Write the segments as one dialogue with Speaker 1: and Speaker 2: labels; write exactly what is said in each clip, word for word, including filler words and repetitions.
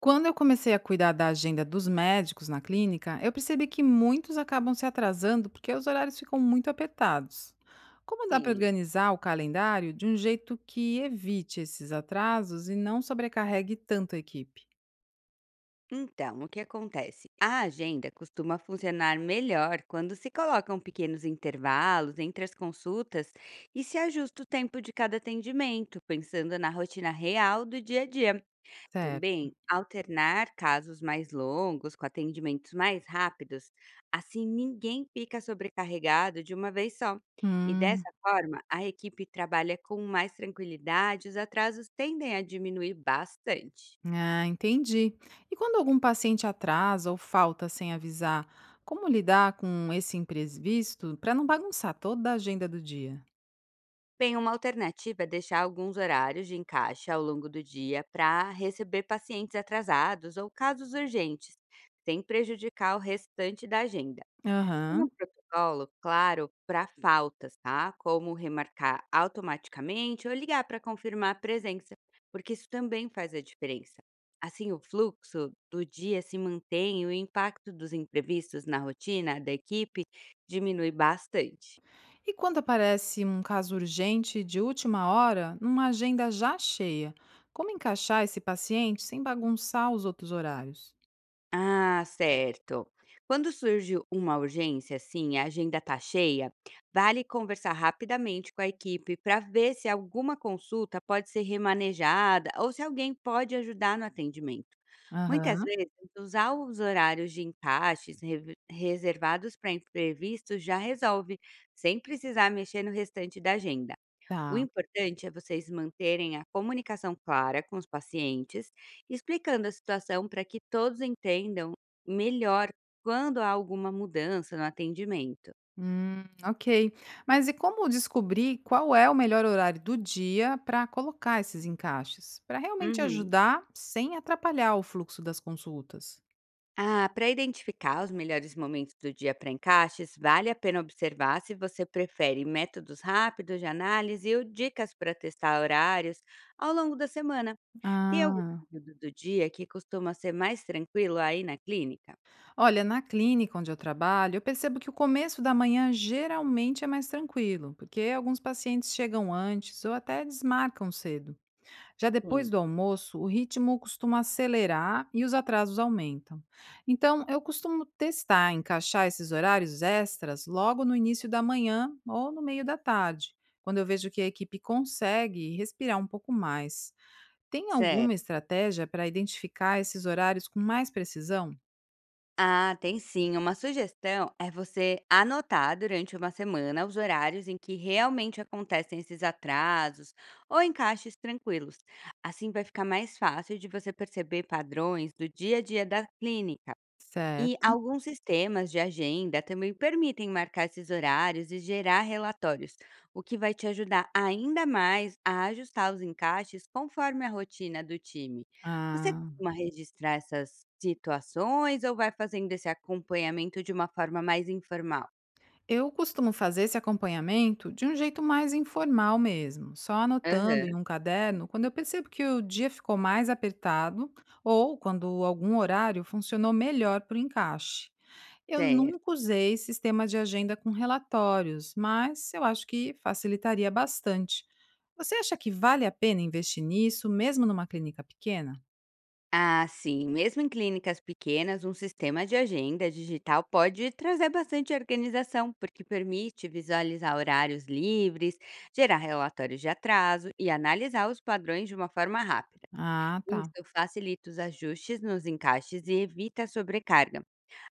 Speaker 1: Quando eu comecei a cuidar da agenda dos médicos na clínica, eu percebi que muitos acabam se atrasando porque os horários ficam muito apertados. Como dá para
Speaker 2: Sim.
Speaker 1: organizar o calendário de um jeito que evite esses atrasos e não sobrecarregue tanto a equipe?
Speaker 2: Então, o que acontece? A agenda costuma funcionar melhor quando se colocam pequenos intervalos entre as consultas e se ajusta o tempo de cada atendimento, pensando na rotina real do dia a dia.
Speaker 1: Certo.
Speaker 2: Também, alternar casos mais longos com atendimentos mais rápidos, assim ninguém fica sobrecarregado de uma vez só. E
Speaker 1: Hum,
Speaker 2: dessa forma, a equipe trabalha com mais tranquilidade, os atrasos tendem a diminuir bastante.
Speaker 1: ah, entendi. E quando algum paciente atrasa ou falta sem avisar, como lidar com esse imprevisto para não bagunçar toda a agenda do dia?
Speaker 2: Bem, uma alternativa é deixar alguns horários de encaixe ao longo do dia para receber pacientes atrasados ou casos urgentes, sem prejudicar o restante da agenda. Tem um
Speaker 1: Aham.
Speaker 2: protocolo, claro, para faltas, tá? Como remarcar automaticamente ou ligar para confirmar a presença, porque isso também faz a diferença. Assim, o fluxo do dia se mantém e o impacto dos imprevistos na rotina da equipe diminui bastante.
Speaker 1: E quando aparece um caso urgente de última hora, numa agenda já cheia, como encaixar esse paciente sem bagunçar os outros horários?
Speaker 2: Ah, certo. Quando surge uma urgência, assim, e a agenda tá cheia, vale conversar rapidamente com a equipe para ver se alguma consulta pode ser remanejada ou se alguém pode ajudar no atendimento. Muitas
Speaker 1: Aham,
Speaker 2: vezes, usar os horários de encaixes re- reservados para imprevistos já resolve, sem precisar mexer no restante da agenda. O
Speaker 1: tá.
Speaker 2: importante é vocês manterem a comunicação clara com os pacientes, explicando a situação para que todos entendam melhor quando há alguma mudança no atendimento.
Speaker 1: Hum, ok. Mas e como descobrir qual é o melhor horário do dia para colocar esses encaixes? Para realmente
Speaker 2: Uhum.
Speaker 1: ajudar sem atrapalhar o fluxo das consultas?
Speaker 2: Ah, para identificar os melhores momentos do dia para encaixes, vale a pena observar se você prefere métodos rápidos de análise ou dicas para testar horários ao longo da semana. Tem algum
Speaker 1: Ah.
Speaker 2: período do dia que costuma ser mais tranquilo aí na clínica?
Speaker 1: Olha, na clínica onde eu trabalho, eu percebo que o começo da manhã geralmente é mais tranquilo, porque alguns pacientes chegam antes ou até desmarcam cedo. Já
Speaker 2: Sim,
Speaker 1: depois do almoço, o ritmo costuma acelerar e os atrasos aumentam. Então, eu costumo testar encaixar esses horários extras logo no início da manhã ou no meio da tarde, quando eu vejo que a equipe consegue respirar um pouco mais. Tem
Speaker 2: certo.
Speaker 1: alguma estratégia para identificar esses horários com mais precisão?
Speaker 2: Ah, tem sim. Uma sugestão é você anotar durante uma semana os horários em que realmente acontecem esses atrasos ou encaixes tranquilos. Assim vai ficar mais fácil de você perceber padrões do dia a dia da clínica. E
Speaker 1: Certo.
Speaker 2: alguns sistemas de agenda também permitem marcar esses horários e gerar relatórios, o que vai te ajudar ainda mais a ajustar os encaixes conforme a rotina do time. Você
Speaker 1: Ah,
Speaker 2: costuma registrar essas situações ou vai fazendo esse acompanhamento de uma forma mais informal?
Speaker 1: eu costumo fazer esse acompanhamento de um jeito mais informal mesmo, só anotando
Speaker 2: Aham,
Speaker 1: em um caderno quando eu percebo que o dia ficou mais apertado ou quando algum horário funcionou melhor para o encaixe. Eu
Speaker 2: certo.
Speaker 1: nunca usei sistema de agenda com relatórios, mas eu acho que facilitaria bastante. Você acha que vale a pena investir nisso, mesmo numa clínica pequena?
Speaker 2: Ah, sim. Mesmo em clínicas pequenas, um sistema de agenda digital pode trazer bastante organização, porque permite visualizar horários livres, gerar relatórios de atraso e analisar os padrões de uma forma rápida.
Speaker 1: Ah, tá,
Speaker 2: Isso facilita os ajustes nos encaixes e evita a sobrecarga,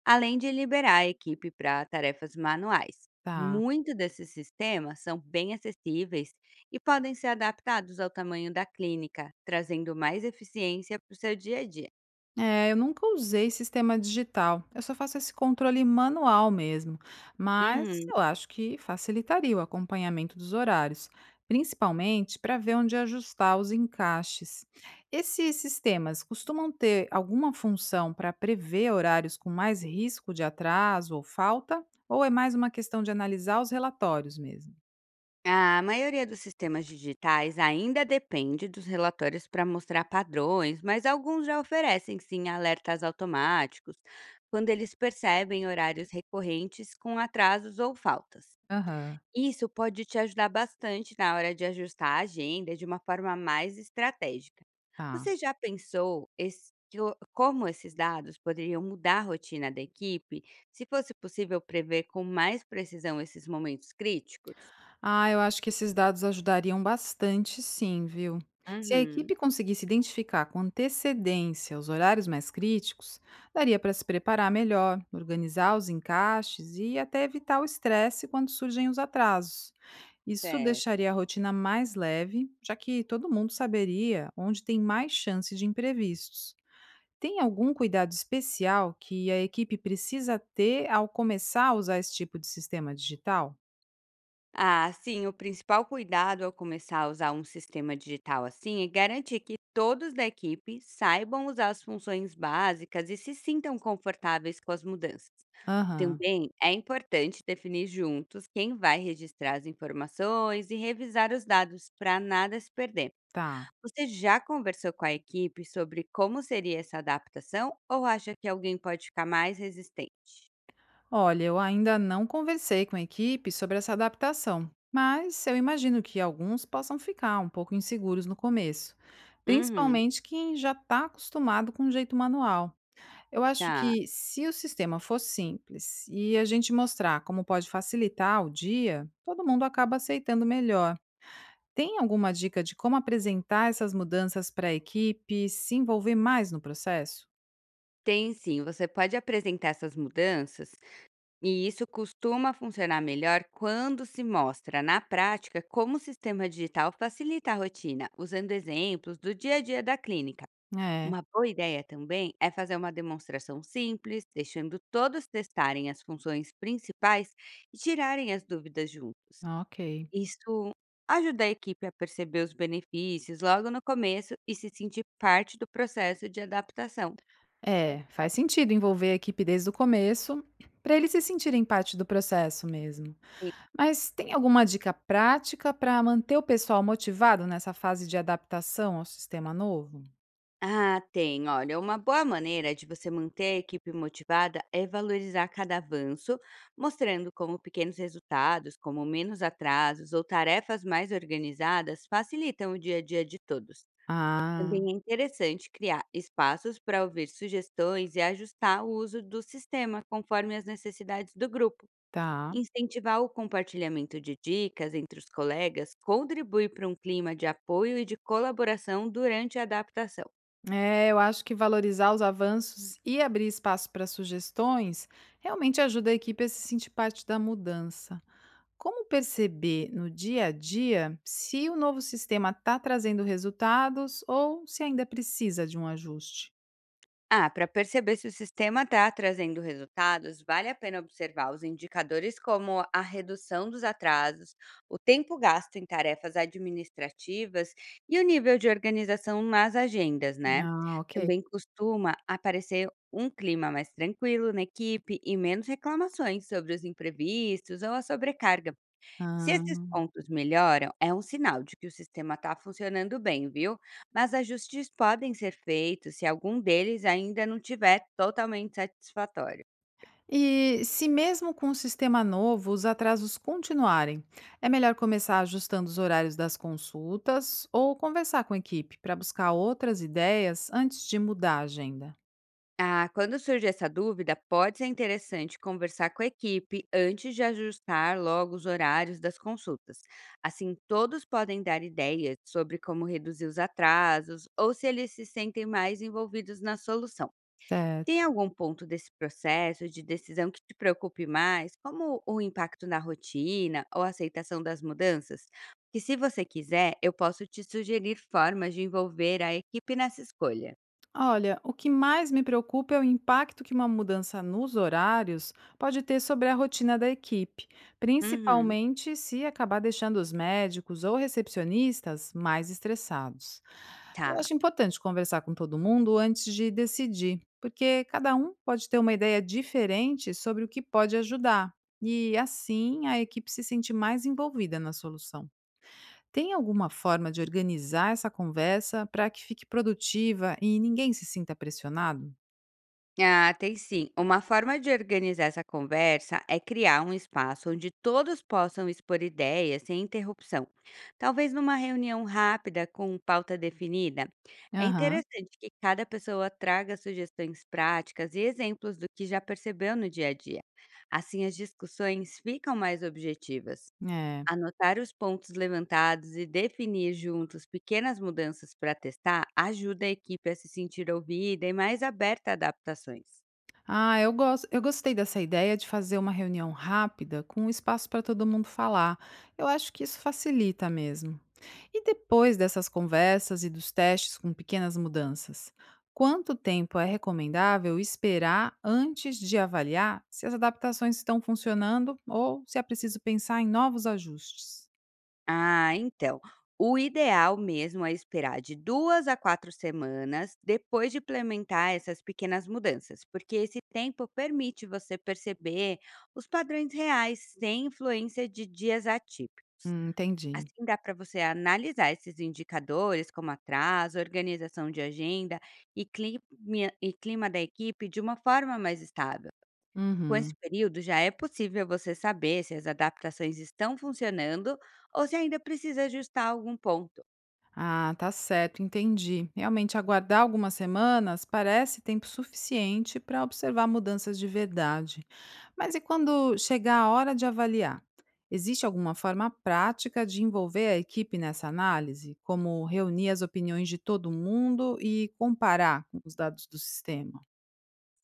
Speaker 2: além de liberar a equipe para tarefas manuais.
Speaker 1: tá.
Speaker 2: Muitos desses sistemas são bem acessíveis e podem ser adaptados ao tamanho da clínica, trazendo mais eficiência para o seu dia a dia.
Speaker 1: É, eu nunca usei sistema digital. Eu só faço esse controle manual mesmo, mas
Speaker 2: Uhum.
Speaker 1: eu acho que facilitaria o acompanhamento dos horários, principalmente para ver onde ajustar os encaixes. Esses sistemas costumam ter alguma função para prever horários com mais risco de atraso ou falta, ou é mais uma questão de analisar os relatórios mesmo?
Speaker 2: A maioria dos sistemas digitais ainda depende dos relatórios para mostrar padrões, mas alguns já oferecem sim alertas automáticos quando eles percebem horários recorrentes com atrasos ou faltas.
Speaker 1: Aham,
Speaker 2: Isso pode te ajudar bastante na hora de ajustar a agenda de uma forma mais estratégica.
Speaker 1: tá.
Speaker 2: Você já pensou es- que o- como esses dados poderiam mudar a rotina da equipe, se fosse possível prever com mais precisão esses momentos críticos?
Speaker 1: Ah, eu acho que esses dados ajudariam bastante sim, viu? Se a
Speaker 2: Uhum.
Speaker 1: equipe conseguisse identificar com antecedência os horários mais críticos, daria para se preparar melhor, organizar os encaixes e até evitar o estresse quando surgem os atrasos. Isso
Speaker 2: Certo.
Speaker 1: deixaria a rotina mais leve, já que todo mundo saberia onde tem mais chance de imprevistos. Tem algum cuidado especial que a equipe precisa ter ao começar a usar esse tipo de sistema digital?
Speaker 2: Ah, sim, o principal cuidado ao começar a usar um sistema digital assim é garantir que todos da equipe saibam usar as funções básicas e se sintam confortáveis com as mudanças.
Speaker 1: Aham,
Speaker 2: Também é importante definir juntos quem vai registrar as informações e revisar os dados para nada se perder.
Speaker 1: tá.
Speaker 2: Você já conversou com a equipe sobre como seria essa adaptação ou acha que alguém pode ficar mais resistente?
Speaker 1: Olha, eu ainda não conversei com a equipe sobre essa adaptação, mas eu imagino que alguns possam ficar um pouco inseguros no começo,
Speaker 2: Uhum,
Speaker 1: principalmente quem já está acostumado com o jeito manual. Eu acho
Speaker 2: tá.
Speaker 1: que se o sistema for simples e a gente mostrar como pode facilitar o dia, todo mundo acaba aceitando melhor. Tem alguma dica de como apresentar essas mudanças para a equipe e se envolver mais no processo?
Speaker 2: Tem sim, você pode apresentar essas mudanças e isso costuma funcionar melhor quando se mostra na prática como o sistema digital facilita a rotina, usando exemplos do dia a dia da clínica.
Speaker 1: É,
Speaker 2: Uma boa ideia também é fazer uma demonstração simples, deixando todos testarem as funções principais e tirarem as dúvidas juntos.
Speaker 1: ok.
Speaker 2: Isso ajuda a equipe a perceber os benefícios logo no começo e se sentir parte do processo de adaptação.
Speaker 1: É, faz sentido envolver a equipe desde o começo, para eles se sentirem parte do processo mesmo. Mas tem alguma dica prática para manter o pessoal motivado nessa fase de adaptação ao sistema novo?
Speaker 2: Ah, tem. Olha, uma boa maneira de você manter a equipe motivada é valorizar cada avanço, mostrando como pequenos resultados, como menos atrasos ou tarefas mais organizadas facilitam o dia a dia de todos.
Speaker 1: Ah,
Speaker 2: Também é interessante criar espaços para ouvir sugestões e ajustar o uso do sistema conforme as necessidades do grupo.
Speaker 1: tá.
Speaker 2: Incentivar o compartilhamento de dicas entre os colegas contribui para um clima de apoio e de colaboração durante a adaptação.
Speaker 1: É, eu acho que valorizar os avanços e abrir espaço para sugestões realmente ajuda a equipe a se sentir parte da mudança. Como perceber no dia a dia se o novo sistema está trazendo resultados ou se ainda precisa de um ajuste?
Speaker 2: Ah, para perceber se o sistema está trazendo resultados, vale a pena observar os indicadores como a redução dos atrasos, o tempo gasto em tarefas administrativas e o nível de organização nas agendas, né?
Speaker 1: Ah, ok.
Speaker 2: Também costuma aparecer um clima mais tranquilo na equipe e menos reclamações sobre os imprevistos ou a sobrecarga. Se esses
Speaker 1: Ah.
Speaker 2: pontos melhoram, é um sinal de que o sistema está funcionando bem, viu? Mas ajustes podem ser feitos se algum deles ainda não tiver totalmente satisfatório.
Speaker 1: E se mesmo com o sistema novo os atrasos continuarem, é melhor começar ajustando os horários das consultas ou conversar com a equipe para buscar outras ideias antes de mudar a agenda?
Speaker 2: Ah, quando surge essa dúvida, pode ser interessante conversar com a equipe antes de ajustar logo os horários das consultas. Assim, todos podem dar ideias sobre como reduzir os atrasos ou se eles se sentem mais envolvidos na solução. Tem
Speaker 1: Certo.
Speaker 2: algum ponto desse processo de decisão que te preocupe mais, como o impacto na rotina ou a aceitação das mudanças? Que se você quiser, eu posso te sugerir formas de envolver a equipe nessa escolha.
Speaker 1: Olha, o que mais me preocupa é o impacto que uma mudança nos horários pode ter sobre a rotina da equipe,
Speaker 2: Uhum.
Speaker 1: principalmente se acabar deixando os médicos ou recepcionistas mais estressados. Eu
Speaker 2: Tá.
Speaker 1: acho importante conversar com todo mundo antes de decidir, porque cada um pode ter uma ideia diferente sobre o que pode ajudar, e assim a equipe se sente mais envolvida na solução. Tem alguma forma de organizar essa conversa para que fique produtiva e ninguém se sinta pressionado?
Speaker 2: Ah, tem sim. Uma forma de organizar essa conversa é criar um espaço onde todos possam expor ideias sem interrupção. Talvez numa reunião rápida com pauta definida. É
Speaker 1: Aham,
Speaker 2: interessante que cada pessoa traga sugestões práticas e exemplos do que já percebeu no dia a dia. Assim, as discussões ficam mais objetivas.
Speaker 1: é.
Speaker 2: Anotar os pontos levantados e definir juntos pequenas mudanças para testar ajuda a equipe a se sentir ouvida e mais aberta a adaptações.
Speaker 1: Ah, eu gosto, eu gostei dessa ideia de fazer uma reunião rápida com espaço para todo mundo falar. Eu acho que isso facilita mesmo. E depois dessas conversas e dos testes com pequenas mudanças, quanto tempo é recomendável esperar antes de avaliar se as adaptações estão funcionando ou se é preciso pensar em novos ajustes?
Speaker 2: Ah, então. O ideal mesmo é esperar de duas a quatro semanas depois de implementar essas pequenas mudanças, porque esse tempo permite você perceber os padrões reais sem influência de dias atípicos.
Speaker 1: Hum, entendi.
Speaker 2: Assim dá para você analisar esses indicadores, como atraso, organização de agenda e clima, e clima da equipe de uma forma mais estável. Com esse
Speaker 1: Uhum.
Speaker 2: período, já é possível você saber se as adaptações estão funcionando ou se ainda precisa ajustar algum ponto.
Speaker 1: Ah, tá certo, entendi. Realmente, aguardar algumas semanas parece tempo suficiente para observar mudanças de verdade. Mas e quando chegar a hora de avaliar? Existe alguma forma prática de envolver a equipe nessa análise, como reunir as opiniões de todo mundo e comparar com os dados do sistema?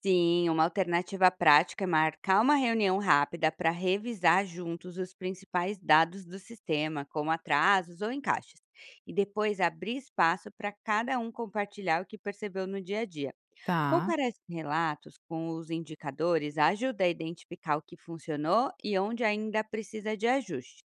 Speaker 2: Sim, uma alternativa prática é marcar uma reunião rápida para revisar juntos os principais dados do sistema, como atrasos ou encaixes, e depois abrir espaço para cada um compartilhar o que percebeu no dia a dia.
Speaker 1: Tá.
Speaker 2: Comparar esses relatos com os indicadores ajuda a identificar o que funcionou e onde ainda precisa de ajuste.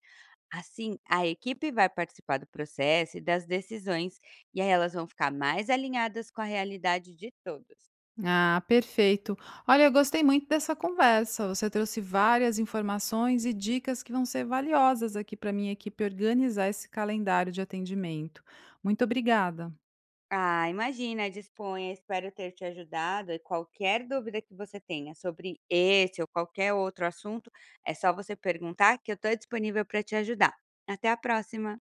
Speaker 2: Assim, a equipe vai participar do processo e das decisões, e aí elas vão ficar mais alinhadas com a realidade de todos.
Speaker 1: Ah, perfeito. Olha, eu gostei muito dessa conversa. Você trouxe várias informações e dicas que vão ser valiosas aqui para minha equipe organizar esse calendário de atendimento. Muito obrigada.
Speaker 2: Ah, imagina, disponha, espero ter te ajudado. E qualquer dúvida que você tenha sobre esse ou qualquer outro assunto, é só você perguntar que eu estou disponível para te ajudar. Até a próxima!